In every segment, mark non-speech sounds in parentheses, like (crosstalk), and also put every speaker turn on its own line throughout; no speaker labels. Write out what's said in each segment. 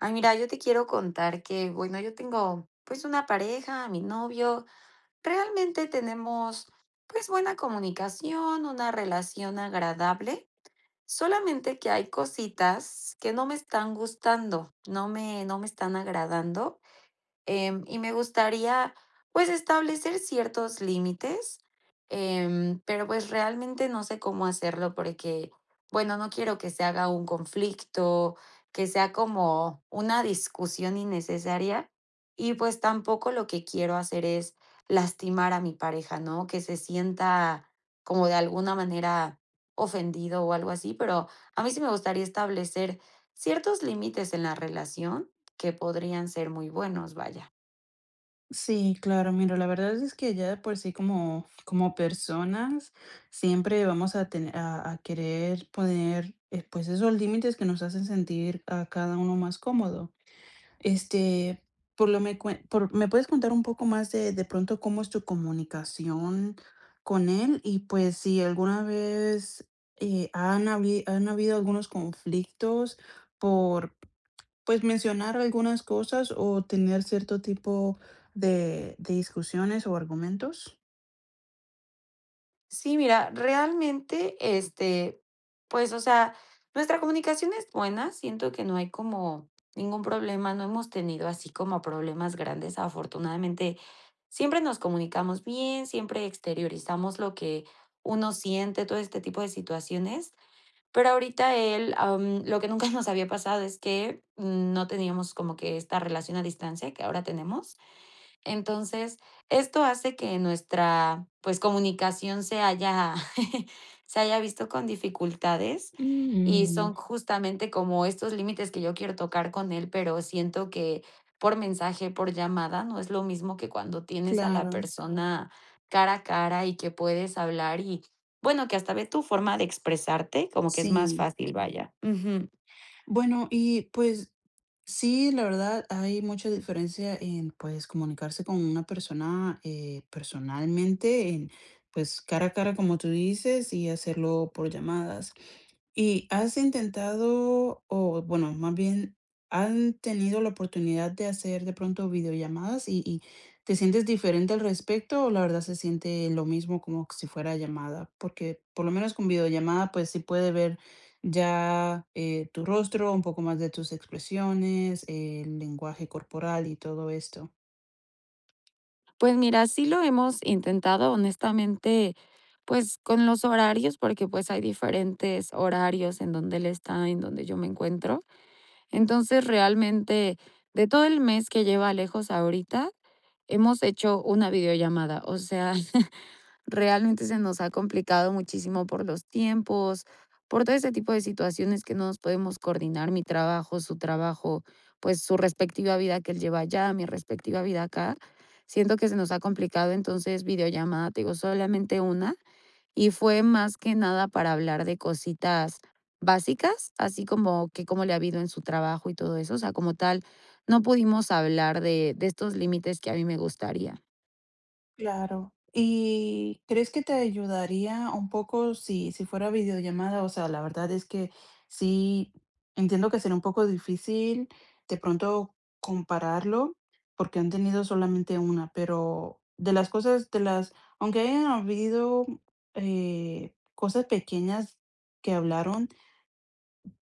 Ay, mira, yo te quiero contar que, bueno, yo tengo, pues, una pareja, mi novio, realmente tenemos, pues, buena comunicación, una relación agradable, solamente que hay cositas que no me están gustando, no me están agradando. Y me gustaría, pues, establecer ciertos límites, pero, pues, realmente no sé cómo hacerlo porque, bueno, no quiero que se haga un conflicto, que sea como una discusión innecesaria y, pues, tampoco lo que quiero hacer es lastimar a mi pareja, ¿no? Que se sienta como de alguna manera ofendido o algo así, pero a mí sí me gustaría establecer ciertos límites en la relación que podrían ser muy buenos, vaya.
Sí, claro, mira, la verdad es que ya de por sí como personas siempre vamos a tener a querer poner pues esos límites que nos hacen sentir a cada uno más cómodo. Este, por lo me cuen- por- ¿Me puedes contar un poco más de pronto cómo es tu comunicación con él? Y pues si alguna vez han habido algunos conflictos por pues mencionar algunas cosas o tener cierto tipo de discusiones o argumentos.
Sí, mira, realmente, este, pues, o sea, nuestra comunicación es buena, siento que no hay como ningún problema, no hemos tenido así como problemas grandes, afortunadamente, siempre nos comunicamos bien, siempre exteriorizamos lo que uno siente, todo este tipo de situaciones, pero ahorita él, lo que nunca (laughs) nos había pasado es que no teníamos como que esta relación a distancia que ahora tenemos. Entonces, esto hace que nuestra, pues, comunicación se haya (laughs) se haya visto con dificultades, y
Mm.
son justamente como estos límites que yo quiero tocar con él, pero siento que por mensaje, por llamada, no es lo mismo que cuando tienes a la
Claro,
persona cara a cara y que puedes hablar y, bueno, que hasta ve tu forma de expresarte, como que es más
sí.
fácil, vaya. Ujú.
Bueno, y pues sí, la verdad hay mucha diferencia en pues comunicarse con una persona personalmente, en pues cara a cara como tú dices y hacerlo por llamadas. ¿Y has intentado o bueno, más bien, han tenido la oportunidad de hacer de pronto videollamadas y te sientes diferente al respecto o la verdad se siente lo mismo como si fuera llamada? Porque por lo menos con videollamada, pues sí puede ver ya, tu rostro, un poco más de tus expresiones, el lenguaje corporal y todo esto.
Pues mira, sí lo hemos intentado, honestamente, pues con los horarios, porque pues hay diferentes horarios en donde él está, en donde yo me encuentro. Entonces, realmente, de todo el mes que lleva lejos ahorita, hemos hecho una videollamada, o sea, (laughs) realmente se nos ha complicado muchísimo por los tiempos, por todo este tipo de situaciones que no nos podemos coordinar, mi trabajo, su trabajo, pues su respectiva vida que él lleva allá, mi respectiva vida acá. Siento que se nos ha complicado, entonces videollamada, te digo, solamente una, y fue más que nada para hablar de cositas básicas, así como que cómo le ha habido en su trabajo y todo eso, o sea, como tal, no pudimos hablar de estos límites que a mí me gustaría.
Claro. ¿Y crees que te ayudaría un poco si fuera videollamada? O sea, la verdad es que sí, entiendo que será un poco difícil de pronto compararlo, porque han tenido solamente una, pero de las cosas, de las aunque hayan habido, cosas pequeñas que hablaron,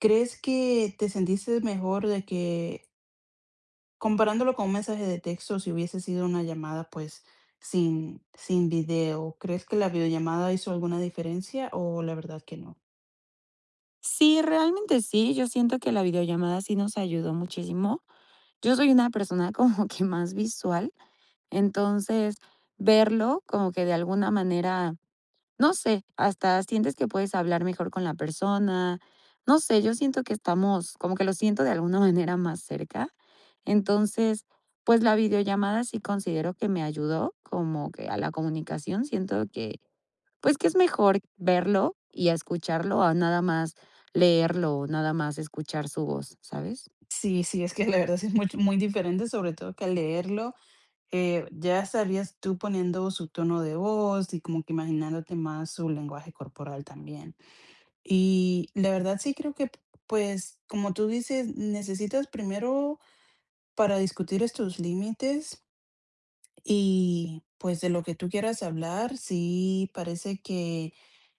¿crees que te sentiste mejor de que comparándolo con un mensaje de texto, si hubiese sido una llamada, pues, sin video, crees que la videollamada hizo alguna diferencia o la verdad que no?
Sí, realmente sí, yo siento que la videollamada sí nos ayudó muchísimo. Yo soy una persona (laughs) como que más visual, entonces verlo como que de alguna manera, no sé, hasta sientes que puedes hablar mejor con la persona, no sé, yo siento que estamos, como que lo siento de alguna (laughs) manera más cerca. Entonces, pues la videollamada sí considero que me ayudó como que a la comunicación, siento que pues que es mejor verlo y escucharlo a nada más leerlo o nada más escuchar su voz, ¿sabes?
Sí, sí, es que la verdad sí es muy muy diferente, sobre todo que al leerlo, ya estarías tú poniendo su tono de voz y como que imaginándote más su lenguaje corporal también. Y la verdad sí creo que, pues, como tú dices, necesitas primero para discutir estos límites. Y pues de lo que tú quieras hablar, sí parece que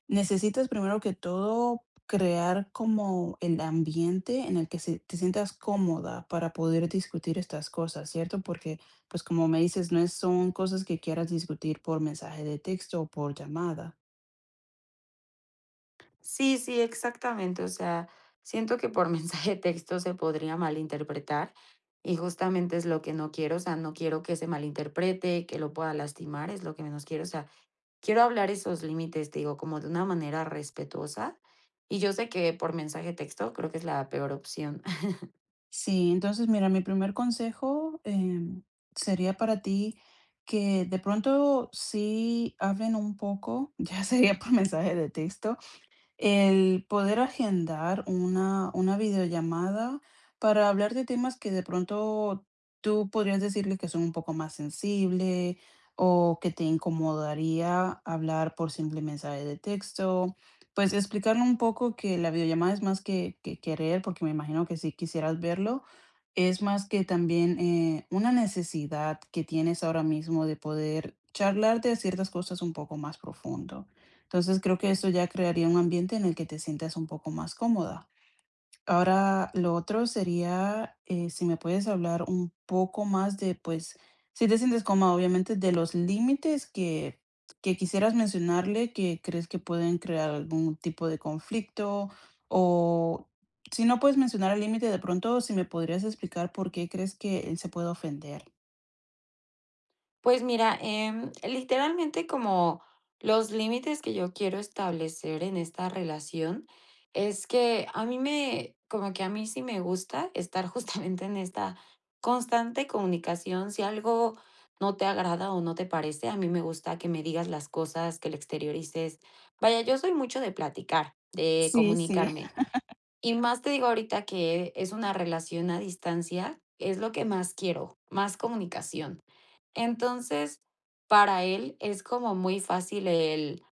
necesitas primero que todo crear como el ambiente en el que te sientas cómoda para poder discutir estas cosas, ¿cierto? Porque pues como me dices, no es, son cosas que quieras discutir por mensaje de texto o por llamada.
Sí, sí, exactamente. O sea, siento que por (laughs) mensaje de texto se podría malinterpretar y justamente es lo que no quiero. O sea, no quiero que se malinterprete, que lo pueda lastimar, es lo que menos quiero. O sea, quiero hablar esos límites, te digo, como de una manera respetuosa. Y yo sé que por mensaje de texto creo que es la peor opción.
Sí, entonces mira, mi primer consejo sería para ti que de pronto sí hablen un poco, (laughs) ya sería por mensaje de texto. El poder agendar una videollamada para hablar de temas que de pronto tú podrías decirle que son un poco más sensibles o que te incomodaría hablar por simple mensaje de texto. Pues, explicarle un poco que la videollamada es más que querer, porque me imagino que si quisieras verlo, es más que también, una necesidad que tienes ahora mismo de poder charlar de ciertas cosas un poco más profundo. Entonces creo que eso ya crearía un ambiente en el que te sientas un poco más cómoda. Ahora, lo otro sería, si me puedes hablar un poco más de, pues, si te sientes cómoda, obviamente, de los límites que quisieras mencionarle que crees que pueden crear algún tipo de conflicto, o si no puedes mencionar el límite, de pronto, si me podrías explicar por qué crees que él se puede ofender.
Pues mira, literalmente como los límites que yo quiero establecer en esta relación es que a mí me, como que a mí sí me gusta estar (laughs) justamente en esta constante comunicación. Si algo no te agrada o no te parece, a mí me gusta que me digas las cosas, que le exteriorices. Vaya, yo soy mucho de platicar, de
Sí, sí,
comunicarme. Y más te digo ahorita que es una relación a distancia, es lo que más quiero, más comunicación. Entonces, para él es como muy fácil el,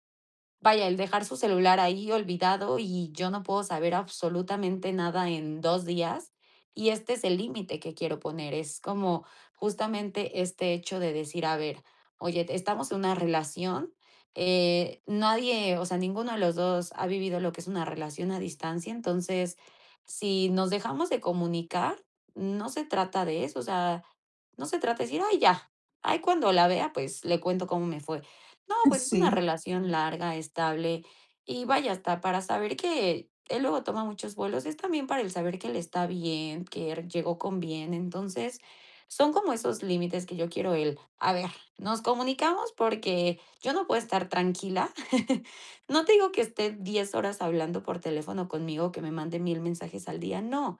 vaya, el dejar su celular ahí olvidado y yo no puedo saber absolutamente nada en 2 días, y este es el límite que quiero poner, es como justamente este hecho de decir: "A ver, oye, te- estamos en una relación, nadie, o sea, ninguno de los 2 ha vivido lo que es una relación a distancia, entonces, si nos dejamos de comunicar, no se trata de eso, o sea, no se trata de decir: "Ay, ya, ay, cuando la vea, pues, le cuento cómo me fue". No,
(laughs)
pues, es una
sí,
relación larga, estable, y vaya, hasta para saber que él luego toma muchos vuelos, es también para el saber que le está bien, que r llegó con bien. Entonces, son como esos límites que yo quiero él "A ver, nos comunicamos porque yo no puedo estar tranquila". (laughs) No te digo que esté 10 horas hablando por teléfono conmigo, que me mande 1000 mensajes al día, no.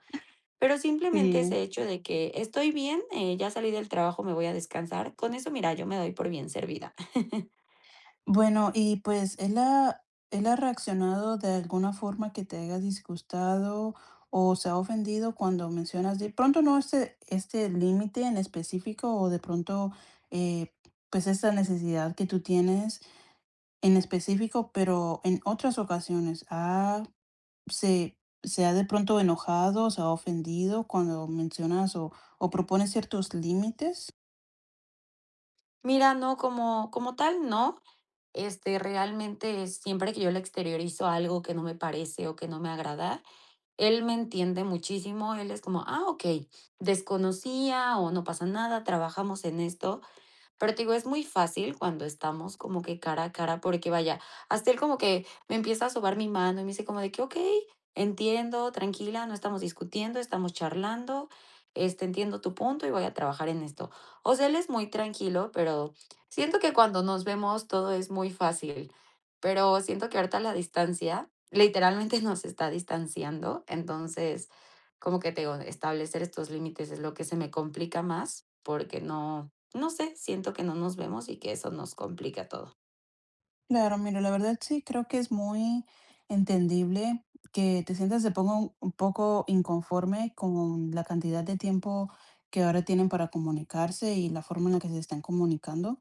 Pero simplemente
sí.
ese hecho de que estoy bien, ya salí del trabajo, me voy a descansar, con eso, mira, yo me doy por bien servida. (laughs)
Bueno, y pues, ¿ él ha reaccionado de alguna forma que te haya disgustado o se ha ofendido cuando mencionas de pronto no este límite en específico o de pronto, eh, pues, esta necesidad que tú tienes en específico, pero en otras ocasiones, ha se se ha de pronto enojado, se ha ofendido cuando mencionas o propones ciertos límites?
Mira, no, como tal, no, este, realmente, siempre que yo le exteriorizo algo que no me parece o que no me agrada, él me entiende muchísimo, él es como: "Ah, okey, desconocía o no pasa nada, trabajamos en esto". Pero te digo, es muy fácil cuando estamos como que cara a cara, porque vaya, hasta él como que me empieza a sobar mi mano y me dice como de que, ok, entiendo, tranquila, no estamos discutiendo, estamos charlando, este, entiendo tu punto y voy a trabajar en esto. O sea, él es muy tranquilo, pero siento que cuando nos vemos todo es muy fácil, pero siento que ahorita la distancia literalmente (laughs) nos está distanciando, entonces como que te digo, establecer estos límites es lo que se me complica más porque no, no sé, siento que no nos vemos y que eso nos complica todo.
Claro, mira, la verdad sí creo que es muy entendible que te sientas de poco un poco inconforme con la cantidad de tiempo que ahora tienen para comunicarse y la forma en la que se están comunicando.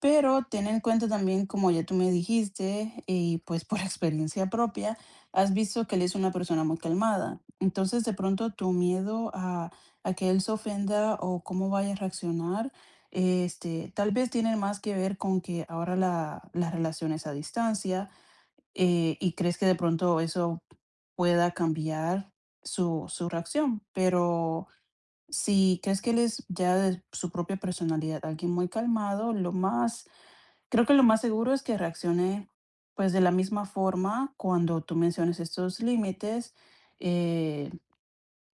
Pero ten en cuenta también, como ya tú me dijiste, y pues por (laughs) experiencia propia, has visto que él es una persona muy calmada. Entonces, de pronto, tu miedo a que él se ofenda o cómo vaya a reaccionar, este, tal vez tienen más que ver con que ahora la las relaciones a distancia, y crees que de pronto eso pueda cambiar su reacción, pero si crees que él es ya de su propia personalidad, alguien muy calmado, lo más creo que lo más seguro es que reaccione, pues, de la misma forma cuando tú menciones estos límites, eh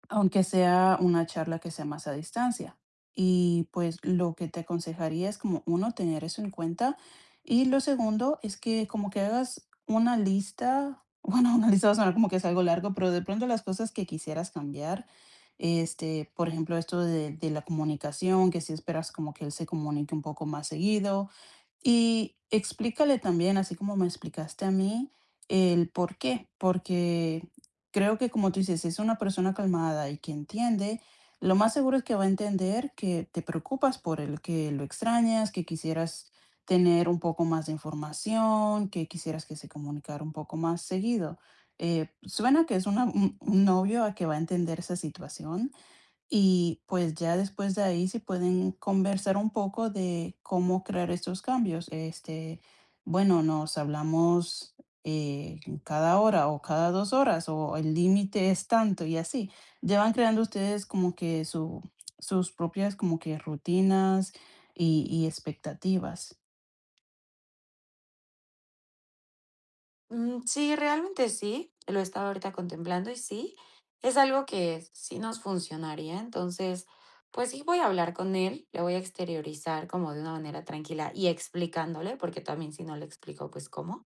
aunque sea una charla que sea más a distancia. Y pues lo que te aconsejaría es como uno, tener eso en cuenta. Y lo segundo es que como que hagas una lista, bueno, (laughs) una lista va a sonar como que es algo largo, pero de pronto las cosas que quisieras cambiar, este, por ejemplo, esto de la comunicación, que si esperas como que él se comunique un poco más seguido, y explícale también, así como me explicaste a mí, el por qué, porque creo que como tú dices, si es una persona calmada y que entiende, lo más seguro es que va a entender que te preocupas por él, que lo extrañas, que quisieras tener un poco más de información, que quisieras que se comunicara un poco más seguido. Suena que es un novio a que va a entender esa situación y pues ya después de ahí si pueden conversar un poco de cómo crear estos cambios. Este, bueno, nos hablamos cada hora o cada dos horas o el límite es tanto y así. Ya van creando ustedes como que su, sus propias como que rutinas y expectativas.
Mm, sí, realmente sí, lo he estado ahorita contemplando y sí, es algo que sí nos funcionaría, entonces, pues sí voy a hablar con él, le voy a exteriorizar como de una manera tranquila y explicándole, porque también si no le explico, pues cómo.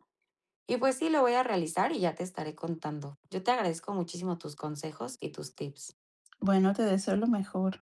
Y pues sí, lo voy a realizar y ya te estaré contando. Yo te agradezco muchísimo tus consejos y tus tips.
Bueno, te deseo lo mejor.